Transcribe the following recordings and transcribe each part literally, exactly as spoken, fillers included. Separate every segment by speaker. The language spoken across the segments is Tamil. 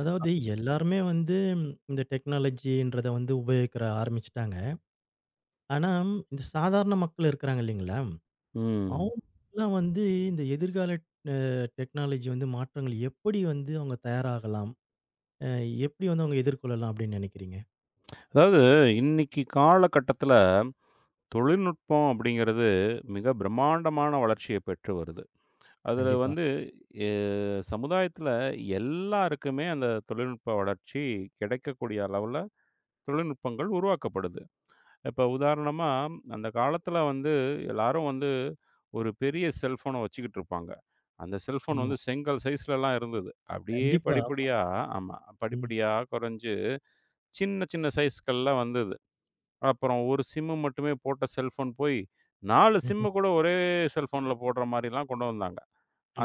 Speaker 1: அதாவது, எல்லாருமே வந்து இந்த டெக்னாலஜின்றத வந்து உபயோகிக்கிற ஆரம்பிச்சுட்டாங்க. ஆனா, இந்த சாதாரண மக்கள் இருக்கிறாங்க இல்லைங்களா?
Speaker 2: ம்.
Speaker 1: அவங்கலாம் வந்து இந்த எதிர்கால அ டெக்னாலஜி வந்து மாற்றங்கள் எப்படி வந்து அவங்க தயாராகலாம்? அ எப்படி வந்து அவங்க எதிர்கொள்ளலாம் அப்படின்னு நினைக்கிறீங்க?
Speaker 2: அதாவது இன்னைக்கு காலகட்டத்தில தொழில்நுட்பம் அப்படிங்கிறது மிக பிரம்மாண்டமான வளர்ச்சிய பெற்று வருது. அதில
Speaker 1: கண்டிப்பா.
Speaker 2: வந்து எ சமுதாயத்தில எல்லாருக்குமே அந்த தொழில்நுட்ப வளர்ச்சி கிடைக்கக்கூடிய அளவுல தொழில்நுட்பங்கள் உருவாக்கப்படுது. இப்ப உதாரணமா அந்த காலத்தில வந்து எல்லாரும் வந்து ஒரு பெரிய செல்ஃபோன வச்சுக்கிட்டு இருப்பாங்க. அந்த செல்ஃபோன்
Speaker 1: ஆமா.
Speaker 2: வந்து செங்கல் சைஸ்லலாம் இருந்தது. அப்படியே
Speaker 1: கண்டிப்பா.
Speaker 2: படிப்படியா ஆமா
Speaker 1: ம்.
Speaker 2: படிப்படியா குறைஞ்சு சின்ன சின்ன சைஸ்கள்ல வந்தது. அப்புறம் ஒரு சிம்மு மட்டுமே போட்ட செல்ஃபோன் போய், நாலு சிம்மு
Speaker 1: ம்ஹ்ம்.
Speaker 2: கூட ஒரே செல்ஃபோன்ல போடுற மாரிலாம் கொண்டு வந்தாங்க.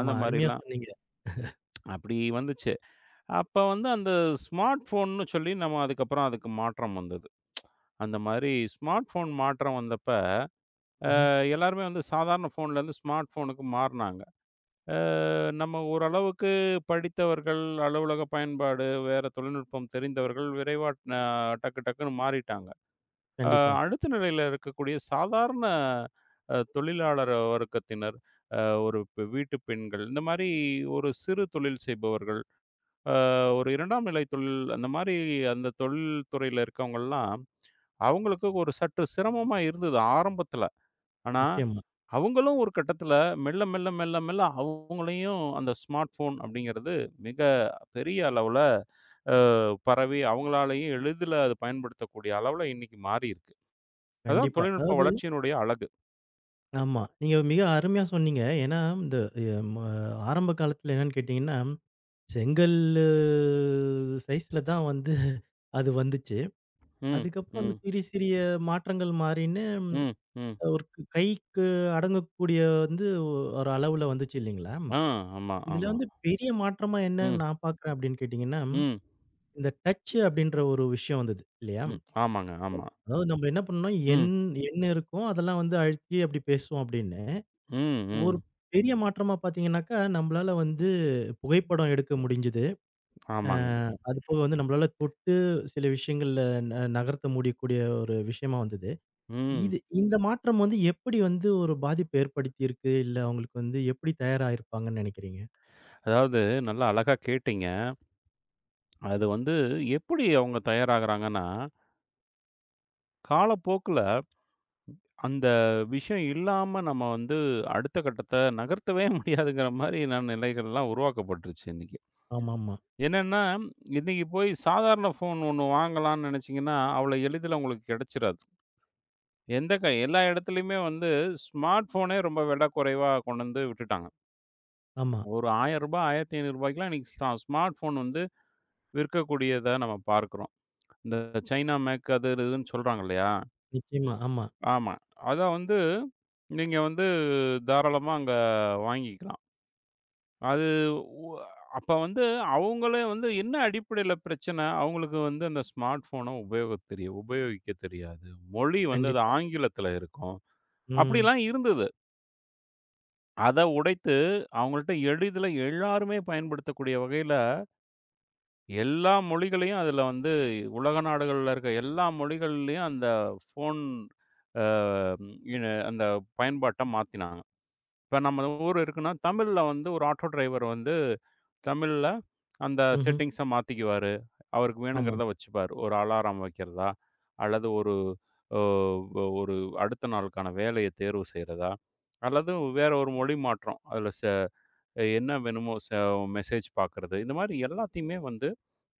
Speaker 2: அந்த
Speaker 1: அருமையா
Speaker 2: மாரிலாம்
Speaker 1: சொன்னீங்க.
Speaker 2: அப்படி வந்துச்சு. அப்ப வந்து அந்த ஸ்மார்ட் ஃபோன்னு சொல்லி நம்ம அதுக்கப்புறம் அதுக்கு மாற்றம் வந்தது. அந்த மாரி ஸ்மார்ட் ஃபோன் மாற்றம் வந்தப்ப,
Speaker 1: ம்ஹ்ம்.
Speaker 2: அஹ், எல்லாருமே வந்து சாதாரண ஃபோன்லேருந்து ஸ்மார்ட் ஃபோனுக்கு மாறுனாங்க. அ நம்ம ஓரளவுக்கு படித்தவர்கள், அலுவலக பயன்பாடு, வேற தொழில்நுட்பம் தெரிந்தவர்கள் விரைவா அ டக்கு டக்குன்னு மாறிட்டாங்க. அ
Speaker 1: கண்டிப்பா.
Speaker 2: அடுத்த நிலையில இருக்கக்கூடிய சாதாரண அ தொழிலாளர் வர்க்கத்தினர், அ ஒரு பெ வீட்டு பெண்கள், இந்த மாரி ஒரு சிறு தொழில் செய்பவர்கள், அ ஒரு இரண்டாம் நிலை தொழில் அந்த மாரி அந்த தொழில் துறையில இருக்கவங்கலாம், அவங்களுக்கு ஒரு சற்று சிரமமா இருந்தது ஆரம்பத்தில. ஆனா,
Speaker 1: நிச்சயமா.
Speaker 2: அவங்களும் ஒரு கட்டத்தில மெல்ல, மெல்ல, மெல்ல, மெல்ல அவங்களையும் அந்த ஸ்மார்ட் ஃபோன் அப்படிங்கிறது மிக பெரிய அளவுல அ பரவி, அவங்களாலேயும் எளிதில அது பயன்படுத்தக்கூடிய அளவுல இன்னைக்கு மாறியிருக்கு. அதான்
Speaker 1: கண்டிப்பா.
Speaker 2: தொழில்நுட்ப
Speaker 1: அதாவது,
Speaker 2: வளர்ச்சியினுடைய அழகு.
Speaker 1: ஆமா. நீங்க மிக அருமையா சொன்னீங்க. ஏன்னா, இந்த எ ம ஆரம்ப காலத்துல என்னன்னு கேட்டீங்கன்னா, செங்கல்லு சைஸ்ல தான் வந்து அது வந்துச்சு.
Speaker 2: ம்,
Speaker 1: அதுக்கப்புறம் அந்த
Speaker 2: ம்,
Speaker 1: சிறிய சிறிய மாற்றங்கள் மாறின்னு ம்,
Speaker 2: ம், ம்.
Speaker 1: ஒரு கு- கைக்கு அடங்கக்கூடிய வந்து ஒ- ஒரு அளவுல வந்துச்சு இல்லைங்களா?
Speaker 2: ஆ, ஆமா,
Speaker 1: இதுல
Speaker 2: ஆமா.
Speaker 1: வந்து பெரிய மாற்றமா என்ன
Speaker 2: ம்,
Speaker 1: நான் பார்க்குறேன் அப்படின்னு கேட்டீங்கன்னா,
Speaker 2: ம்,
Speaker 1: இந்த டச்சு அப்படின்ற ஒரு விஷயம் வந்தது இல்லையா?
Speaker 2: ம். ஆமாங்க, ஆமா.
Speaker 1: அதாவது, நம்ம என்ன பண்ணோம்
Speaker 2: ம்,
Speaker 1: எண் எண் இருக்கும். அதெல்லாம் வந்து அழுத்தி அப்படி பேசுவோம் அப்படின்னு.
Speaker 2: ம்,
Speaker 1: ஒரு
Speaker 2: ம்.
Speaker 1: பெரிய மாற்றமா பார்த்தீங்கன்னாக்கா, நம்மளால வந்து புகைப்படம் எடுக்க முடிஞ்சது. அ
Speaker 2: ஆமாங்க.
Speaker 1: அது போக வந்து நம்மளால தொட்டு சில விஷயங்கள்ல ந நகர்த்த முடியக்கூடிய ஒரு விஷயமா வந்தது.
Speaker 2: ம்.
Speaker 1: இது, இந்த மாற்றம் வந்து எப்படி வந்து ஒரு பாதிப்பு ஏற்படுத்தியிருக்கு? இல்ல அவங்களுக்கு வந்து எப்படி தயாராகியிருப்பாங்கன்னு நினைக்கிறீங்க?
Speaker 2: அதாவது நல்லா அழகா கேட்டீங்க. அது வந்து எப்படி அவங்க தயாராகுறாங்கன்னா, காலப்போக்குல அந்த விஷயம் இல்லாம நம்ம வந்து அடுத்த கட்டத்த நகர்த்தவே முடியாதுங்கிற மாரியான நிலைகள்லாம் உருவாக்கப்பட்டுருச்சு இன்னைக்கு.
Speaker 1: ஆமாமா.
Speaker 2: என்னன்னா, இன்னைக்கு போய் சாதாரண ஃபோன் ஒண்ணு வாங்கலாம்னு நெனச்சீங்கன்னா, அவ்வளோ எளிதில உங்களுக்கு கெடைச்சிராது. எந்த க எல்லா இடத்துலயுமே வந்து ஸ்மார்ட் ஃபோனே ரொம்ப விலை குறைவா கொண்டு வந்து விட்டுட்டாங்க.
Speaker 1: ஆமா.
Speaker 2: ஒரு ரூ. ஆயிரம் ரூ. 1500க்குலாம் இன்னைக்கு ஸ்டா ஸ்மார்ட் ஃபோன் வந்து விற்கக்கூடியதா நம்ம பார்க்கிறோம். இந்த சைனா மேக் அது இதுன்னு சொல்றாங்க இல்லையா?
Speaker 1: நிச்சயமா. ஆமா.
Speaker 2: ஆமா. அத வந்து நீங்க வந்து தாராளமா அங்க வாங்கிக்கலாம். அது உ அப்ப வந்து அவங்களே வந்து என்ன அடிப்படையில பிரச்சனை? அவங்களுக்கு வந்து அந்த ஸ்மார்ட் ஃபோன உபயோகத் தெரிய உபயோகிக்க தெரியாது. மொழி வந்து அது
Speaker 1: கண்டிப்பா.
Speaker 2: ஆங்கிலத்தில இருக்கும்.
Speaker 1: ம்.
Speaker 2: அப்படிலாம் இருந்தது. அத உடைத்து, அவங்கள்ட்ட எளிதில எல்லாருமே பயன்படுத்தக்கூடிய வகையில, எல்லா மொழிகளையும் அதுல வந்து உலக நாடுகள்ல இருக்க எல்லா மொழிகள்லயும் அந்த ஃபோன் அ இன அந்த பயன்பாட்ட மாத்தினாங்க. இப்ப நம்ம ஊர் இருக்குன்னா, தமிழ்ல வந்து ஒரு ஆட்டோ டிரைவர் வந்து தமிழ்ல அந்த
Speaker 1: ம்ஹ்ம்.
Speaker 2: செட்டிங்ஸ மாத்திக்குவாரு. அவருக்கு
Speaker 1: ஆமா,
Speaker 2: வேணுங்கிறத வச்சுப்பாரு. ஒரு அலாரம் வைக்கிறதா, அல்லது ஒரு அ ஒரு அடுத்த நாளுக்கான வேலைய தேர்வு செய்றதா, அல்லது வேற ஒரு மொழி மாற்றம். அதுல செ அஹ் என்ன வேணுமோ ச மெசேஜ் பார்க்கறது. இந்த மாரி எல்லாத்தையுமே வந்து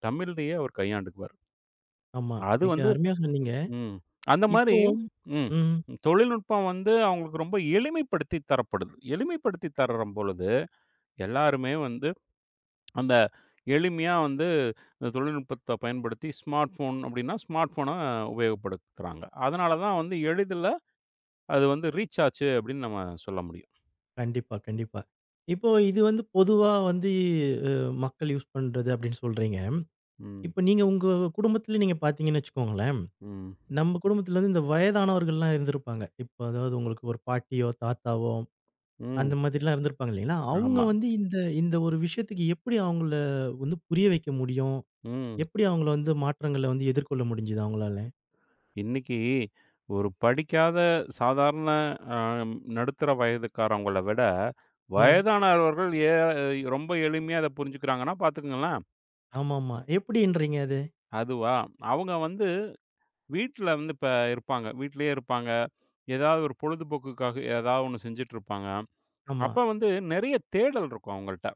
Speaker 2: தமிழ்லயே அவர் கையாண்டுக்குவாரு.
Speaker 1: ஆமா.
Speaker 2: அது
Speaker 1: மிக
Speaker 2: வந்து
Speaker 1: அருமையா சொன்னீங்க.
Speaker 2: ம். அந்த மாரி
Speaker 1: இப்போ.
Speaker 2: ம்.
Speaker 1: ம்.
Speaker 2: தொழில்நுட்பம் வந்து அவங்களுக்கு ரொம்ப எளிமைப்படுத்தி தரப்படுது. எளிமைப்படுத்தி தரும் பொழுது, எல்லாருமே வந்து அந்த எளிமையா வந்து இந்த தொழில்நுட்பத்த பயன்படுத்தி ஸ்மார்ட் ஃபோன் அப்டின்னா, ஸ்மார்ட் ஃபோன உபயோகப்படுத்துறாங்க. அதனால தான் வந்து எளிதில அது வந்து ரீச் ஆச்சு அப்டின்னு நம்ம சொல்ல முடியும்.
Speaker 1: கண்டிப்பா, கண்டிப்பா. இப்போ இது வந்து பொதுவா வந்து அ மக்கள் யூஸ் பண்றது அப்படின்னு சொல்றீங்க.
Speaker 2: ம்.
Speaker 1: இப்ப நீங்க உங்க குடும்பத்தில நீங்க பார்த்தீங்கன்னு வச்சுக்கோங்களேன்.
Speaker 2: ம்.
Speaker 1: நம்ம குடும்பத்துல வந்து இந்த வயதானவர்கள்லாம் இருந்திருப்பாங்க. இப்போ அதாவது உங்களுக்கு ஒரு பாட்டியோ, தாத்தாவோ
Speaker 2: ம்.
Speaker 1: அந்த மாதிரிலாம் இருந்திருப்பாங்க இல்லைங்களா? அவங்க
Speaker 2: ஆமா.
Speaker 1: வந்து இந்த இந்த ஒரு விஷயத்துக்கு எப்படி அவங்கள வந்து புரிய வைக்க முடியும்?
Speaker 2: ம்.
Speaker 1: எப்படி அவங்கள வந்து மாற்றங்கள வந்து எதிர்கொள்ள முடிஞ்சுது அவங்களால?
Speaker 2: இன்னைக்கு ஒரு படிக்காத சாதாரண அ நடுத்தர வயதுக்காரவங்கள விட,
Speaker 1: ம்.
Speaker 2: வயதானவர்கள் ஏ ரொம்ப எளிமையா அத புரிஞ்சுக்கிறாங்கன்னா பார்த்துக்கங்களேன்.
Speaker 1: ஆமாமா. எப்படின்றீங்க அது?
Speaker 2: அதுவா? அவங்க வந்து வீட்ல வந்து இப்ப இருப்பாங்க. வீட்லயே இருப்பாங்க. ஏதாவது ஒரு பொழுதுபோக்குக்காக ஏதாவது ஒண்ணு செஞ்சுட்டு இருப்பாங்க.
Speaker 1: ஆமா.
Speaker 2: அப்ப வந்து நெறைய தேடல் இருக்கும் அவங்கள்ட்ட.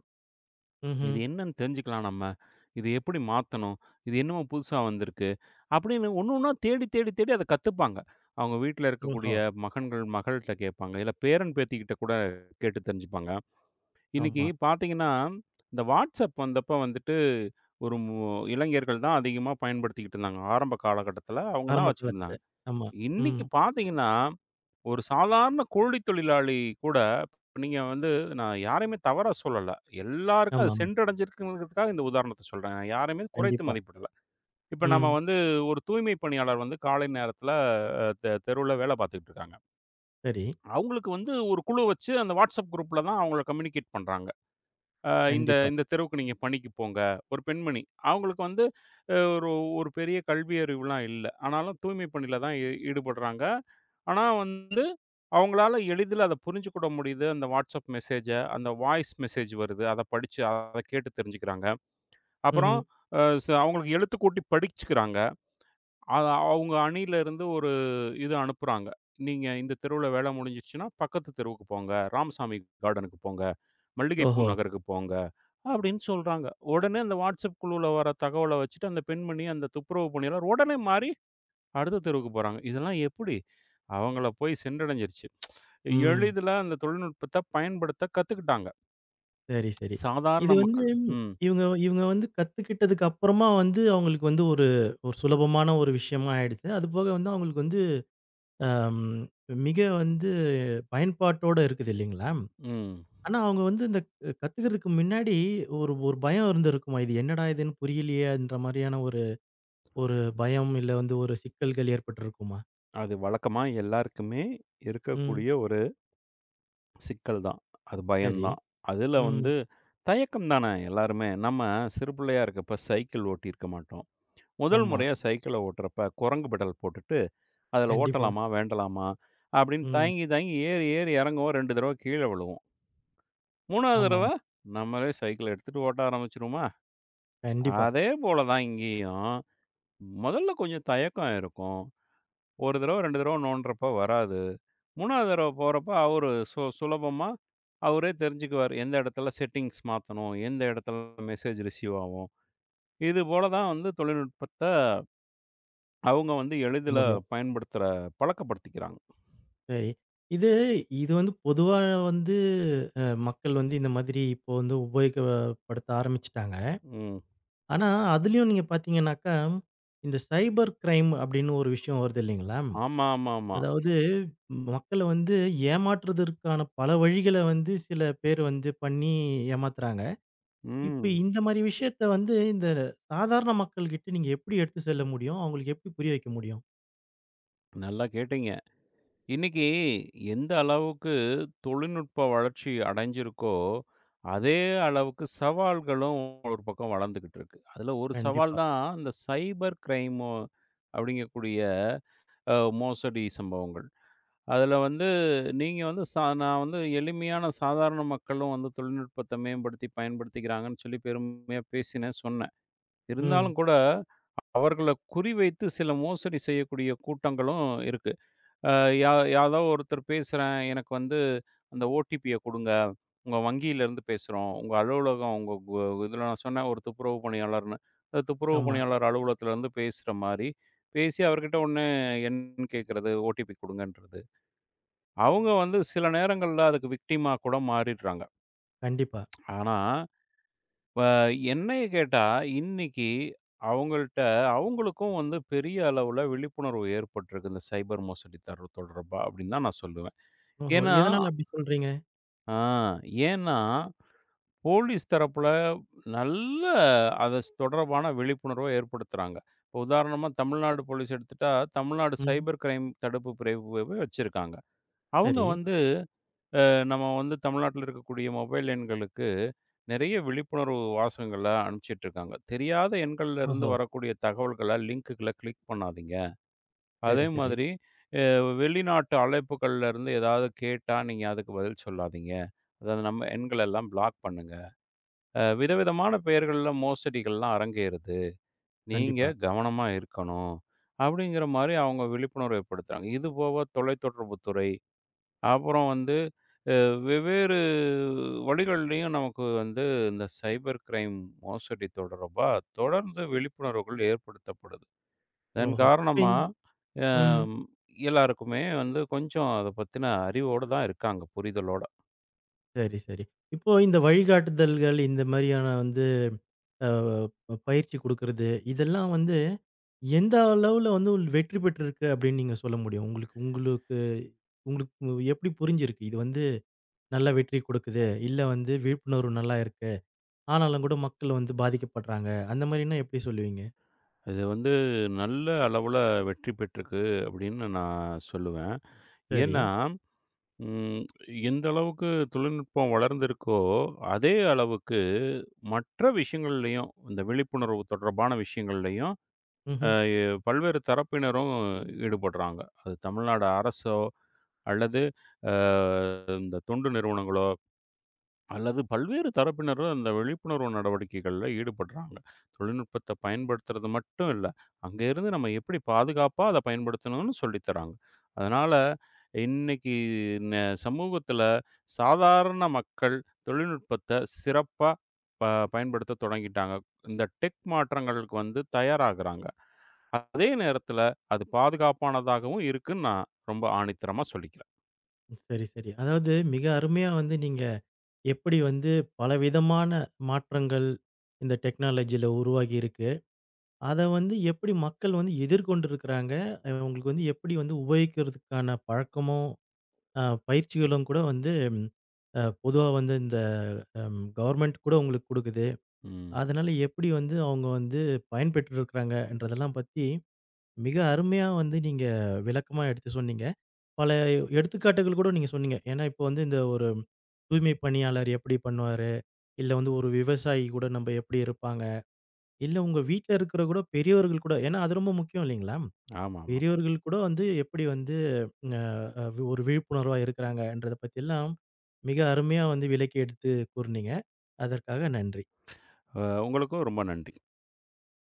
Speaker 1: ம்ஹ்ம்.
Speaker 2: இது என்னன்னு தெரிஞ்சுக்கலாம் நம்ம. இது எப்படி மாத்தணும்? இது என்னமோ புதுசா வந்திருக்கு. அப்படின்னு ஒண்ணு ஒண்ணா தேடி, தேடி, தேடி அத கத்துப்பாங்க. அவங்க வீட்ல இருக்கக்கூடிய
Speaker 1: ஓஹோ!
Speaker 2: மகன்கள், மகள்ட்ட கேட்பாங்க. இல்ல பேரன், பேத்திகிட்ட கூட கேட்டு தெரிஞ்சுப்பாங்க. இன்னைக்கு
Speaker 1: ஆமா.
Speaker 2: பார்த்தீங்கன்னா, இந்த WhatsApp வந்தப்ப வந்துட்டு ஒரு மு இளைஞர்கள் தான் அதிகமா பயன்படுத்திக்கிட்டு இருந்தாங்க. ஆரம்ப காலகட்டத்தில அவங்க தான்
Speaker 1: ஆரம்ப
Speaker 2: வச்சுக்கிட்டு
Speaker 1: காலத்துல.
Speaker 2: இருந்தாங்க.
Speaker 1: ஆமா. ம்.
Speaker 2: இன்னைக்கு பார்த்தீங்கன்னா ஒரு சாதாரண கூலி தொழிலாளி கூட, இப்ப நீங்க வந்து நான் யாரையுமே தவறா சொல்லல. எல்லாருக்கும் அது
Speaker 1: ஆமாமா.
Speaker 2: சென்றடைஞ்சிருக்குங்கிறதுக்காக இந்த உதாரணத்த சொல்றேன். நான் யாரையுமே குறைத்து
Speaker 1: கண்டிப்பா.
Speaker 2: மதிப்பிடல. இப்ப நம்ம
Speaker 1: ம்.
Speaker 2: வந்து ஒரு தூய்மை பணியாளர் வந்து காலை நேரத்தில தெ தெருவுல வேலை பார்த்துக்கிட்டு இருக்காங்க.
Speaker 1: சரி.
Speaker 2: அவங்களுக்கு வந்து ஒரு குழு வச்சு அந்த WhatsApp குரூப்ல தான் அவங்கள கம்யூனிகேட் பண்றாங்க. அ இந்த
Speaker 1: கண்டிப்பா.
Speaker 2: இந்த தெருவுக்கு நீங்க பணிக்கு போங்க. ஒரு பெண்மணி. அவங்களுக்கு வந்து அ ஒரு ஒரு பெரிய கல்வி அறிவுலாம் இல்ல. ஆனாலும் தூய்மை பணியில தான் ஈ ஈடுபடுறாங்க. ஆனா வந்து அவங்களால எளிதில அத புரிஞ்சுக்கிட முடியுது. அந்த WhatsApp மெசேஜ, அந்த வாய்ஸ் மெசேஜ் வருது. அத படிச்சு அத கேட்டு தெரிஞ்சுக்கிறாங்க. அப்புறம்
Speaker 1: ம்ஹ்ம்.
Speaker 2: அ ச அவங்களுக்கு எழுத்து கூட்டி படிச்சுக்கிறாங்க. அத அவங்க அணியிலருந்து ஒரு இது அனுப்புறாங்க. நீங்க இந்த தெருவுல வேல முடிஞ்சிருச்சுன்னா, பக்கத்து தெருவுக்கு போங்க. ராமசாமி கார்டனுக்கு போங்க. மல்லிகைப்பூ
Speaker 1: ஓஹோ!
Speaker 2: நகருக்கு போங்க. அப்படின்னு சொல்றாங்க. உடனே அந்த WhatsApp குழுவுல வர தகவல வச்சுட்டு, அந்த பெண்மணி அந்த துப்புரவு பணியாளர் உடனே மாறி அடுத்த தெருவுக்கு போறாங்க. இதெல்லாம் எப்படி? அவங்கள போய் சென்றடைஞ்சிருச்சு.
Speaker 1: ம்.
Speaker 2: எளிதில அந்த தொழில்நுட்பத்த பயன்படுத்த கத்துக்கிட்டாங்க.
Speaker 1: சரி, சரி.
Speaker 2: சாதாரண
Speaker 1: இது வந்து
Speaker 2: மக்கள். ம்,
Speaker 1: இவங்க இவங்க வந்து கத்துக்கிட்டதுக்கு அப்புறமா வந்து அவங்களுக்கு வந்து ஒரு ஒரு சுலபமான ஒரு விஷயமா ஆயிடுச்சு. அதுபோக வந்து அவங்களுக்கு வந்து அம் மிக வந்து பயன்பாட்டோட இருக்குது இல்லைங்களா?
Speaker 2: ம்.
Speaker 1: ஆனா அவங்க வந்து இந்த அ கத்துக்கிறதுக்கு முன்னாடி ஒரு ஒரு பயம் இருந்திருக்குமா? இது என்னடா இதுன்னு புரியலையேன்ற மாரியான ஒரு ஒரு பயம் இல்ல வந்து ஒரு சிக்கல்கள் ஏற்பட்டிருக்குமா?
Speaker 2: அது வழக்கமா எல்லாருக்குமே
Speaker 1: ம்.
Speaker 2: இருக்கக்கூடிய ஒரு சிக்கல் தான். அது பயம்
Speaker 1: சரி.
Speaker 2: தான். அதுல
Speaker 1: ம்.
Speaker 2: வந்து தயக்கம் தானே எல்லாருமே. நம்ம சிறு பிள்ளையா இருக்கப்ப சைக்கிள் ஓட்டியிருக்க மாட்டோம். முதல்
Speaker 1: ஆமா.
Speaker 2: முறையா சைக்கிள ஓட்டுறப்ப குரங்கு பெடல் போட்டுட்டு அதில
Speaker 1: கண்டிப்பா.
Speaker 2: ஓட்டலாமா? வேண்டலாமா? அப்படின்னு
Speaker 1: ம்.
Speaker 2: தயங்கி, தயங்கி ஏறி, ஏறி இறங்குவோம். ரெண்டு தடவ கீழ விழுவோம். மூன்றாவது தடவ
Speaker 1: ஆமாமா.
Speaker 2: நம்மளே சைக்கிள் எடுத்துட்டு ஓட்ட ஆரம்பிச்சுருவோமா?
Speaker 1: கண்டிப்பா.
Speaker 2: அதே போல தான் இங்கேயும். முதல்ல கொஞ்சம் தயக்கம் இருக்கும். ஒரு தடவ, ரெண்டு தடவ நோண்டுறப்ப வராது. மூன்றாவது தடவ போறப்ப அவரு சு சுலபமா அவரே தெரிஞ்சுக்குவாரு. எந்த இடத்துல செட்டிங்ஸ் மாத்தணும்? எந்த இடத்துல மெசேஜ் ரிசீவ் ஆகும்? இது போல தான் வந்து தொழில்நுட்பத்த அவங்க வந்து
Speaker 1: கத்துக்க
Speaker 2: எளிதில
Speaker 1: முடியும்.
Speaker 2: பயன்படுத்துற பழக்கப்படுத்திக்கிறாங்க.
Speaker 1: சரி. இது இது வந்து பொதுவா வந்து அ மக்கள் வந்து இந்த மாதிரி இப்போ வந்து உபயோகப்படுத்த ஆரம்பிச்சுட்டாங்க.
Speaker 2: ம்.
Speaker 1: ஆனா, அதுலயும் நீங்க பார்த்தீங்கன்னாக்கா, இந்த சைபர் கிரைம் அப்படின்னு ஒரு விஷயம் வருது இல்லைங்களா?
Speaker 2: ஆமா, ஆமா, ஆமா.
Speaker 1: அதாவது, மக்கள வந்து ஏமாற்றுவதற்கான பல வழிகள வந்து சில பேர் வந்து பண்ணி ஏமாத்துறாங்க. இப்ப
Speaker 2: ம்.
Speaker 1: இந்த மாரி விஷயத்த வந்து இந்த சாதாரண மக்கள்கிட்ட நீங்க எப்படி எடுத்து செல்ல முடியும்? அவங்களுக்கு எப்படி புரிய வைக்க முடியும்?
Speaker 2: நல்லா கேட்டீங்க. இன்னைக்கு எந்த அளவுக்கு தொழில்நுட்ப வளர்ச்சி அடைஞ்சிருக்கோ, அதே அளவுக்கு சவால்களும் ஒரு பக்கம் வளர்ந்துகிட்டு இருக்கு. அதுல ஒரு சவால்
Speaker 1: கண்டிப்பா.
Speaker 2: தான் இந்த சைபர் கிரைம் அப்படிங்கக்கூடிய அ மோசடி சம்பவங்கள். அதுல வந்து நீங்க வந்து சா நான் வந்து எளிமையான சாதாரண மக்களும் வந்து தொழில்நுட்பத்த மேம்படுத்தி பயன்படுத்திக்கிறாங்கன்னு சொல்லி பெருமையா பேசினேன், சொன்னேன்.
Speaker 1: ம்.
Speaker 2: இருந்தாலும் கூட அவர்கள குறிவைத்து சில மோசடி செய்யக்கூடிய கூட்டங்களும் இருக்கு. யா யாதோ ஒருத்தர் பேசுறேன். எனக்கு வந்து அந்த ஓடிபிய குடுங்க. உங்க வங்கியிலேருந்து பேசுறோம். உங்க அலுவலகம் உங்க கு இதில நான் சொன்னேன் ஒரு துப்புரவு பணியாளர்னு. அந்த துப்புரவு
Speaker 1: ஆமா.
Speaker 2: பணியாளர் அலுவலகத்திலேருந்து பேசுற மாரி, பேசி அவர்கிட்ட ஒண்ணு எண் கேட்கறது, ஓடிபி குடுங்கன்றது. அவங்க வந்து சில நேரங்கள்ல அதுக்கு விக்டிமா கூட மாறிடுறாங்க.
Speaker 1: கண்டிப்பா.
Speaker 2: ஆனா, அ என்னைய கேட்டா, இன்னைக்கு அவங்கள்ட்ட அவங்களுக்கும் வந்து பெரிய அளவுல விழிப்புணர்வு ஏற்பட்டிருக்கு. இந்த சைபர் மோசடி தர் தொடர்பா அப்படின்னு தான் நான் சொல்லுவேன்.
Speaker 1: ஓஹோ!
Speaker 2: ஏன்னா
Speaker 1: எதனால அப்படி சொல்றீங்க?
Speaker 2: ஆ ஏன்னா, போலீஸ் தரப்புல நல்ல அது ஸ் தொடர்பான விழிப்புணர்வ ஏற்படுத்துறாங்க. இப்போ உதாரணமா தமிழ்நாடு போலீஸ் எடுத்துட்டா, தமிழ்நாடு
Speaker 1: ம்.
Speaker 2: சைபர் கிரைம் தடுப்பு பிரிவு வச்சிருக்காங்க. அவங்க
Speaker 1: சரி.
Speaker 2: வந்து நம்ம வந்து தமிழ்நாட்டில இருக்கக்கூடிய மொபைல் எண்களுக்கு நெறைய விழிப்புணர்வு வாசகங்கள அனுப்பிச்சிட்டுருக்காங்க. தெரியாத எண்கள்லேருந்து
Speaker 1: ஓஹோ!
Speaker 2: வரக்கூடிய தகவல்கள, லிங்க்குகள கிளிக் பண்ணாதீங்க.
Speaker 1: சரி,
Speaker 2: அதே
Speaker 1: சரி.
Speaker 2: மாதிரி அ வெளிநாட்டு அழைப்புகள்லேருந்து ஏதாவது கேட்டா, நீங்க அதுக்கு பதில் சொல்லாதீங்க. அதாவது நம்ம எண்களெல்லாம் பிளாக் பண்ணுங்க. அஹ் விதவிதமான பெயர்கள்ல மோசடிகள்லாம் அரங்கேறுது. நீங்க
Speaker 1: கண்டிப்பா.
Speaker 2: கவனமா இருக்கணும். அப்படிங்கிற மாரி அவங்க விழிப்புணர்வு ஏற்படுத்துறாங்க. இது போக தொலைத்தொடர்பு துறை, அப்புறம் வந்து அ வெவ்வேறு வழிகள்லயும் நமக்கு வந்து இந்த சைபர் கிரைம் மோசடி தொடர்பா தொடர்ந்து விழிப்புணர்வுகள் ஏற்படுத்தப்படுது. இதன்
Speaker 1: ஓஹோ! இப்
Speaker 2: காரணமா
Speaker 1: ம்.
Speaker 2: அம் எல்லாருக்குமே வந்து கொஞ்சம் அத பத்தின அறிவோட தான் இருக்காங்க, புரிதலோட.
Speaker 1: சரி, சரி. இப்போ இந்த வழிகாட்டுதல்கள், இந்த மாரியான வந்து அ ப பயிற்சி குடுக்குறது, இதெல்லாம் வந்து எந்த அளவுல வந்து வெற்றி பெற்றிருக்கு அப்படின்னு நீங்க சொல்ல முடியும்? உங்களுக்கு உங்களுக்கு உங்களுக்கு எப்படி புரிஞ்சிருக்கு? இது வந்து நல்ல வெற்றி குடுக்குது, இல்ல வந்து விழிப்புணர்வு நல்லா இருக்கு. ஆனாலும் கூட மக்கள் வந்து பாதிக்கப்படுறாங்க. அந்த மாரின்னா எப்படி சொல்லுவீங்க?
Speaker 2: இது வந்து நல்ல அளவுல வெற்றி பெற்றிருக்கு அப்படின்னு நான் சொல்லுவேன்.
Speaker 1: சரி.
Speaker 2: ஏன்னா, ம் எந்த அளவுக்கு தொழில்நுட்பம் வளர்ந்திருக்கோ, அதே அளவுக்கு மற்ற விஷயங்கள்லயும், இந்த விழிப்புணர்வு தொடர்பான விஷயங்கள்லயும் அ
Speaker 1: ம்ஹ்ம்.
Speaker 2: எ பல்வேறு தரப்பினரும் ஈடுபடுறாங்க. அது தமிழ்நாடு அரசோ, அல்லது அ இந்த தொண்டு நிறுவனங்களோ அல்லது பல்வேறு தரப்பினரும் அந்த விழிப்புணர்வு நடவடிக்கைகள்ல ஈடுபடுறாங்க. தொழில்நுட்பத்த பயன்படுத்துறது மட்டும் இல்ல. அங்க இருந்து நம்ம எப்படி பாதுகாப்பா அத பயன்படுத்தணும்னு சொல்லி தராங்க. அதனால இன்னைக்கு ந சமூகத்துல சாதாரண மக்கள் தொழில்நுட்பத்த சிறப்பா ப பயன்படுத்த தொடங்கிட்டாங்க. இந்த டெக் மாற்றங்களுக்கு வந்து தயாராகுறாங்க. அதே நேரத்துல அது பாதுகாப்பானதாகவும் இருக்குன்னு நான் ரொம்ப ஆணித்தரமா சொல்லிக்கிறேன்.
Speaker 1: சரி, சரி. அதாவது, மிக அருமையா வந்து நீங்க எப்படி வந்து பலவிதமான மாற்றங்கள் இந்த டெக்னாலஜியில உருவாகி இருக்கு. அத வந்து எப்படி மக்கள் வந்து எதிர்கொண்டிருக்கிறாங்க. அ உங்களுக்கு வந்து எப்படி வந்து உபயோகிக்கிறதுக்கான பழக்கமும், அ பயிற்சிகளும் கூட வந்து அ பொதுவா வந்து இந்த அம் கவர்மெண்ட் கூட உங்களுக்கு குடுக்குது.
Speaker 2: ம்.
Speaker 1: அதனால எப்படி வந்து அவங்க வந்து பயன்பெற்றிருக்கிறாங்கன்றதெல்லாம் பத்தி மிக அருமையா வந்து நீங்க விளக்கமா எடுத்து சொன்னீங்க. பல எடுத்துக்காட்டுகள் கூட நீங்க சொன்னீங்க. ஏன்னா, இப்போ வந்து இந்த ஒரு தூய்மை பணியாளர் எப்படி பண்ணுவாரு? இல்ல வந்து ஒரு விவசாயி கூட நம்ப எப்படி இருப்பாங்க? இல்ல உங்க வீட்ல இருக்கிற கூட பெரியவர்கள் கூட ஏன்னா அது ரொம்ப முக்கியம் இல்லைங்களா?
Speaker 2: ஆமாமா.
Speaker 1: பெரியவர்கள் கூட வந்து எப்படி வந்து அ அ ஒரு விழிப்புணர்வா இருக்கிறாங்கன்றத பத்தியெல்லாம் மிக அருமையா வந்து விளக்கி எடுத்து கூறுனீங்க. அதற்காக நன்றி.
Speaker 2: அ உங்களுக்கும் ரொம்ப நன்றி.